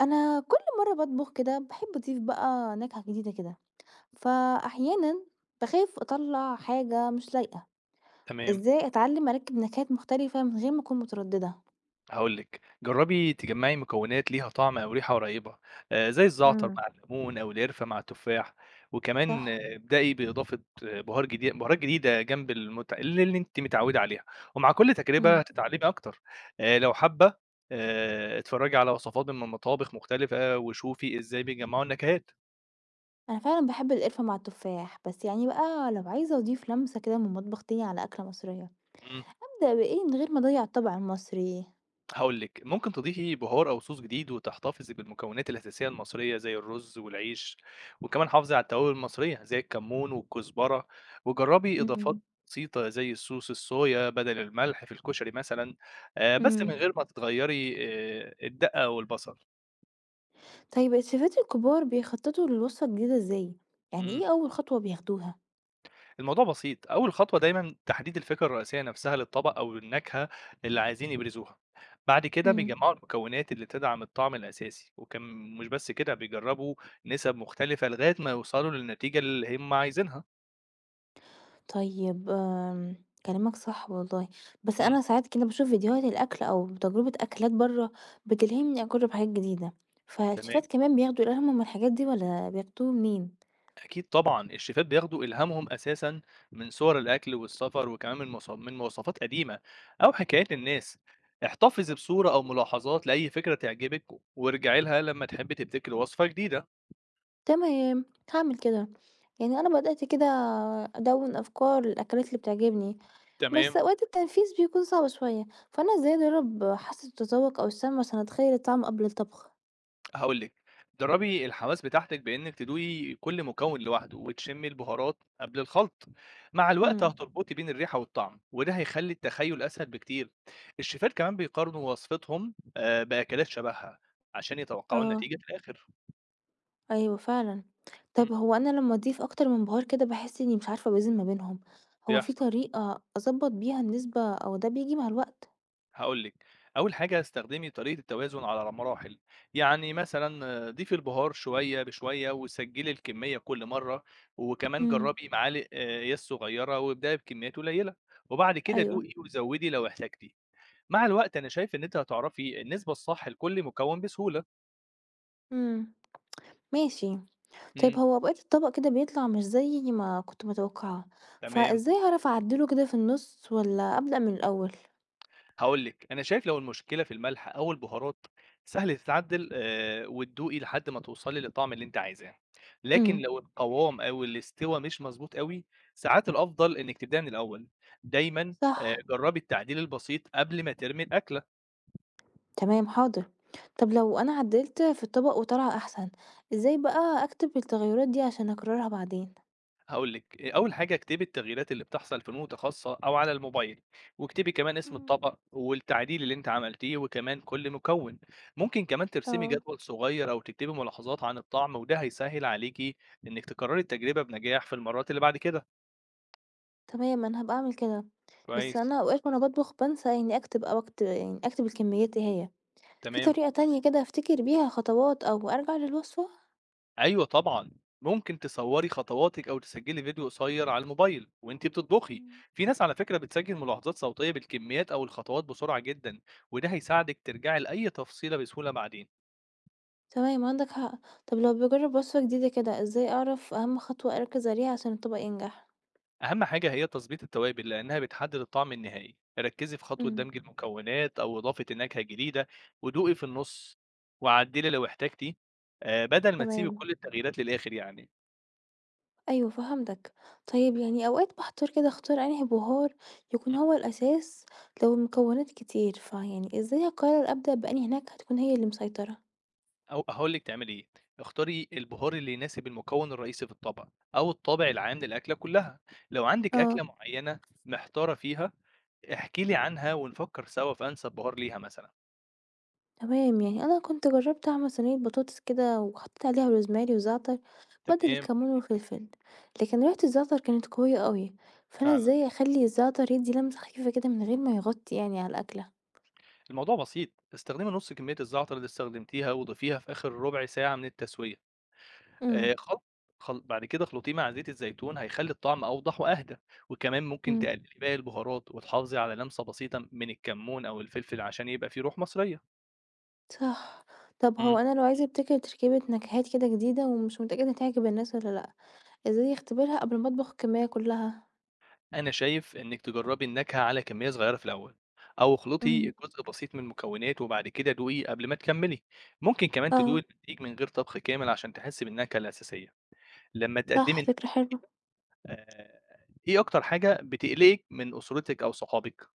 أنا كل مرة باطبخ كده باحب أضيف بقى نكهة جديدة كده، فأحيانًا باخاف أطلّع حاجة مش لايقة، تمام، إزاي أتعلم أركّب نكهات مختلفة من غير ما أكون مترددة؟ هاقول لِك، جرّبي تجمّعي مكونات ليها طعم أو ريحة قريبة، زي الزعتر إمم. مع الليمون أو القرفة مع التفاح، وكمان صح، ابدئي بإضافة بهار جديد بهارات جديدة جنب المت اللي أنتِ متعوّدة عليها، ومع كل تجربة إمم، هتتعلّمي أكتر، لو حابة اتفرّجي على وصفات من مطابخ مختلفة وشوفي إزاي بيجمّعوا النكهات. أنا فعلًا باحب القرفة مع التفاح، بس يعني بقى لو عايزة أضيف لمسة كده من مطبخ تاني على أكلة مصرية، إمم. أبدأ بإيه من غير ما أضيّع الطابع المصري؟ هاقول لِك، ممكن تضيفي بُهار أو صوص جديد وتحتفظي بالمكونات الأساسية المصرية زي الرز والعيش، وكمان حافظي على التوابل المصرية زي الكمون والكزبرة، وجرّبي إضافات إمم. بسيطة زي صوص الصويا بدل الملح في الكشري مثلًا، بس من إمم، غير ما تغيّري الدقة والبصل. طيب الشيفات الكبار بيخططوا للوصفة الجديدة إزاي؟ يعني إمم. إيه أول خطوة بياخدوها؟ الموضوع بسيط، أول خطوة دايما تحديد الفكرة الرئيسية نفسها للطبق أو النكهة اللي عايزين يبرزوها. بعد كده إمم. بيجمعوا المكونات اللي تدعم الطعم الأساسي وكم، مش بس كده بيجربوا نسب مختلفة لغاية ما يوصلوا للنتيجة اللي هم عايزينها. طيب كلامك صح والله، بس مم، أنا ساعات كده باشوف فيديوهات الأكل أو تجربة أكلات برّه بتلهمني أجرب حاجات جديدة، فالشيفات تمام. كمان بياخدوا إلهامهم من الحاجات دي والّا بياخدوه منين؟ أكيد طبعا الشيفات بياخدوا إلهامهم أساسا من صور الأكل والسفر وكمان من مواصفات قديمة أو حكايات الناس. احتفظ بصورة أو ملاحظات لأي فكرة تعجبك، وارجعي لها لما تحبي تبتكري وصفة جديدة. تمام، هاعمل كده، يعني أنا بدأت كده أدوّن أفكار للأكلات اللي بتعجبني، تمام، بس أوقات التنفيذ بيكون صعب شوية، فأنا إزاي أدرّب حاسة التذوق أو السَّمْع عشان أتخيل الطعم قبل الطبخ؟ هاقول لِك، درّبي الحواس بتاعتِك بإنِّك تدوقي كل مكون لوحده، وتشمّي البهارات قبل الخلط، مع الوقت إمم. هتربطي بين الريحة والطعم، وده هيخلّي التخيُّل أسهل بكتير. الشيفات كمان بيقارنوا وصفتهم بأكلات شبهها، عشان يتوقعوا آه. النتيجة في الآخر. أيوه فعلًا. إمم، طب هو أنا لمّا أضيف أكتر من بهار كده باحس إني مش عارفة أوازن ما بينهم، هو في بيحصل. طريقة أضبط بيها النسبة أو ده بييجي مع الوقت؟ هاقول لِك، أول حاجة استخدمي طريقة التوازن على مراحل، يعني مثلًا ضيفي البهار شوية بشوية وسجّلي الكمية كل مرة، وكمان امم، جرّبي معالق أكياس صغيرة وابدئي بكميات قليلة، وبعد كده أيوه. دوقي وزوّدي لو احتجتِ، مع الوقت أنا شايف إن أنتِ هتعرفي النسبة الصح لكل مكون بسهولة. إمم، ماشي. طيب إمم. هو أوقات الطبق كده بيطلع مش زي ما كنت متوقعة، تمام. فإزاي أعرف أعدله كده في النُص والّا أبدأ من الأول؟ هاقول لِك، أنا شايف لو المشكلة في الملح أو البهارات سهل تتعدل، وتدوقي لحد ما توصلي للطعم اللي أنتِ عايزاه، لكن امم. لو القوام أو الاستوا مش مضبوط أوي، ساعات الأفضل إنِّك تبدئي من الأول، دايمًا، صح، جربي التعديل البسيط قبل ما ترمي الأكلة. تمام حاضر. طب لو أنا عدلت في الطبق وطلع أحسن، إزاي بقى أكتب التغيرات دي عشان أكررها بعدين؟ هاقول لِك، أول حاجة اكتبي التغييرات اللي بتحصل في نوتة خاصة أو على الموبايل، واكتبي كمان اسم امم. الطبق والتعديل اللي أنتِ عملتيه وكمان كل مكون، ممكن كمان ترسمي آه. جدول صغير أو تكتبي ملاحظات عن الطعم وده هيسهّل عليكِ إنِّك تكرّري التجربة بنجاح في المرات اللي بعد كده. تمام، أنا هابقى أعمل كده، بس كويس. أنا أوقات وأنا باطبخ بانسى إني أكتب أو أكت يعني أكتب الكميات إيه هي، في تمام، طريقة تانية كده أفتكر بيها خطوات أو أرجع للوصفة؟ أيوه طبعًا، ممكن تصوّري خطواتِك أو تسجّلي فيديو قصير على الموبايل وأنتِ بتطبخي، مم. في ناس على فكرة بتسجّل ملاحظات صوتية بالكميات أو الخطوات بسرعة جدًا، وده هيساعدِك ترجعي لأي تفصيلة بسهولة بعدين. تمام، عندك حق، طب لو باجرب وصفة جديدة كده إزاي أعرف أهم خطوة أركز عليها عشان الطبق ينجح؟ أهم حاجة هي تظبيط التوابل لأنها بتحدد الطعم النهائي، ركزي في خطوة مم. دمج المكونات أو إضافة النكهة الجديدة ودوقي في النص وعدلي لو احتجتي، بدل ما تسيبي تمام، كل التغييرات للآخر يعني. أيوه فهمتك، طيب يعني أوقات باحتار كده أختار أنهي بهار يكون مم. هو الأساس لو المكونات كتير، فيعني إزاي أقرر أبدأ بأنهي نكهة تكون هي اللي مسيطرة؟ أو هقول لك تعملي إيه، اختاري البهار اللي يناسب المكون الرئيسي في الطبق أو الطابع العام للأكلة كلها. لو عندك اه، أكلة معينة محتارة فيها احكي لي عنها ونفكر سوا في أنسب بهار ليها مثلا. تمام، يعني انا كنت جربت اعمل صينيه بطاطس كده وحطيت عليها روزماري وزعتر بدل تمام، الكمون والفلفل، لكن ريحه الزعتر كانت قويه قوي، فانا فعلا ازاي اخلي الزعتر يدي لمسه خفيفه كده من غير ما يغطي يعني على الاكله؟ الموضوع بسيط، استخدمي نص كمية الزعتر اللي استخدمتيها وضيفيها في آخر ربع ساعة من التسوية. امم. آه، خل... بعد كده خلطيه مع زيت الزيتون هيخلي الطعم أوضح وأهدى، وكمان ممكن امم. تقللي باقي البهارات وتحافظي على لمسة بسيطة من الكمون أو الفلفل عشان يبقى فيه روح مصرية. صح. طب هو مم. انا لو عايزه ابتكر تركيبه نكهات كده جديده ومش متاكده تعجب الناس ولا لا، ازاي اختبرها قبل ما اطبخ الكميه كلها؟ أنا شايف إنك تجربي النكهة على كمية صغيرة في الأول، أو اخلطي مم. جزء بسيط من المكونات وبعد كده دوقي قبل ما تكملي. ممكن كمان تدوقي اه، الدقيق من غير طبخ كامل عشان تحسي بالنكهة الأساسية لما صح، تقدمي. فكره حلوه. آآ، إيه أكتر حاجة بتقلقِك من أسرتِك أو صحابِك؟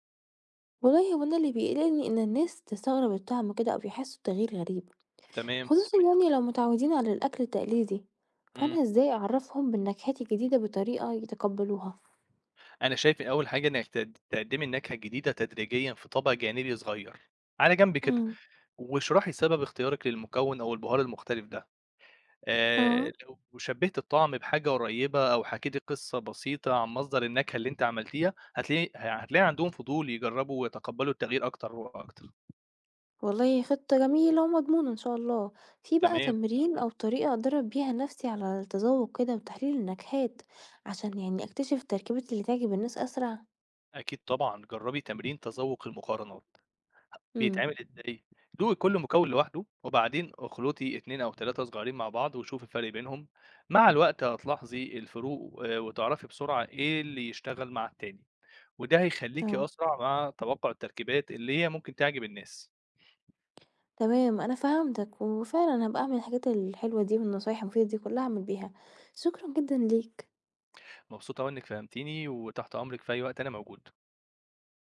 والله هو انا اللي بيقلقني ان الناس تستغرب الطعم كده او يحسوا بتغيير غريب، تمام، خصوصًا يعني لو متعودين على الأكل التقليدي، إمم، فأنا إزاي أعرّفهم بالنكهات الجديدة بطريقة يتقبلوها؟ أنا شايف إن أول حاجة إنِّك تقدّمي النكهة الجديدة تدريجيًا في طبق جانبي صغير، على جنب كده، امم، واشرحي سبب اختيارِك للمكون أو البهار المختلف ده، آه. لو شبّهتِ الطعم بحاجة قريبة أو حكيتِ قصة بسيطة عن مصدر النكهة اللي أنتِ عملتيها، هتلاقي عندهم فضول يجرّبوا ويتقبّلوا التغيير أكتر وأكتر. والله خطة جميلة ومضمونة إن شاء الله. في بقى تمام، تمرين أو طريقة أدرّب بيها نفسي على التذوق كده وتحليل النكهات، عشان يعني أكتشف التركيبات اللي تعجب الناس أسرع؟ أكيد طبعًا، جرّبي تمرين تذوّق المقارنات. امم، بيتعمل إزاي؟ دوقي كل مكون لوحده، وبعدين اخلطي 2 أو 3 صغيرين مع بعض وشوفي الفرق بينهم، مع الوقت هتلاحظي الفروق، وتعرفي بسرعة إيه اللي يشتغل مع التاني، وده هيخلّيكِ آه. أسرع مع توقُّع التركيبات اللي هي ممكن تعجب الناس. تمام، أنا فهمتك، وفعلًا هابقى أعمل الحاجات الحلوة دي والنصايح المفيدة دي كلّها هاعمل بيها. شكرًا جدًا ليك. مبسوط أوي إنِّك فهمتيني، وتحت أمرِك في أي وقت أنا موجود.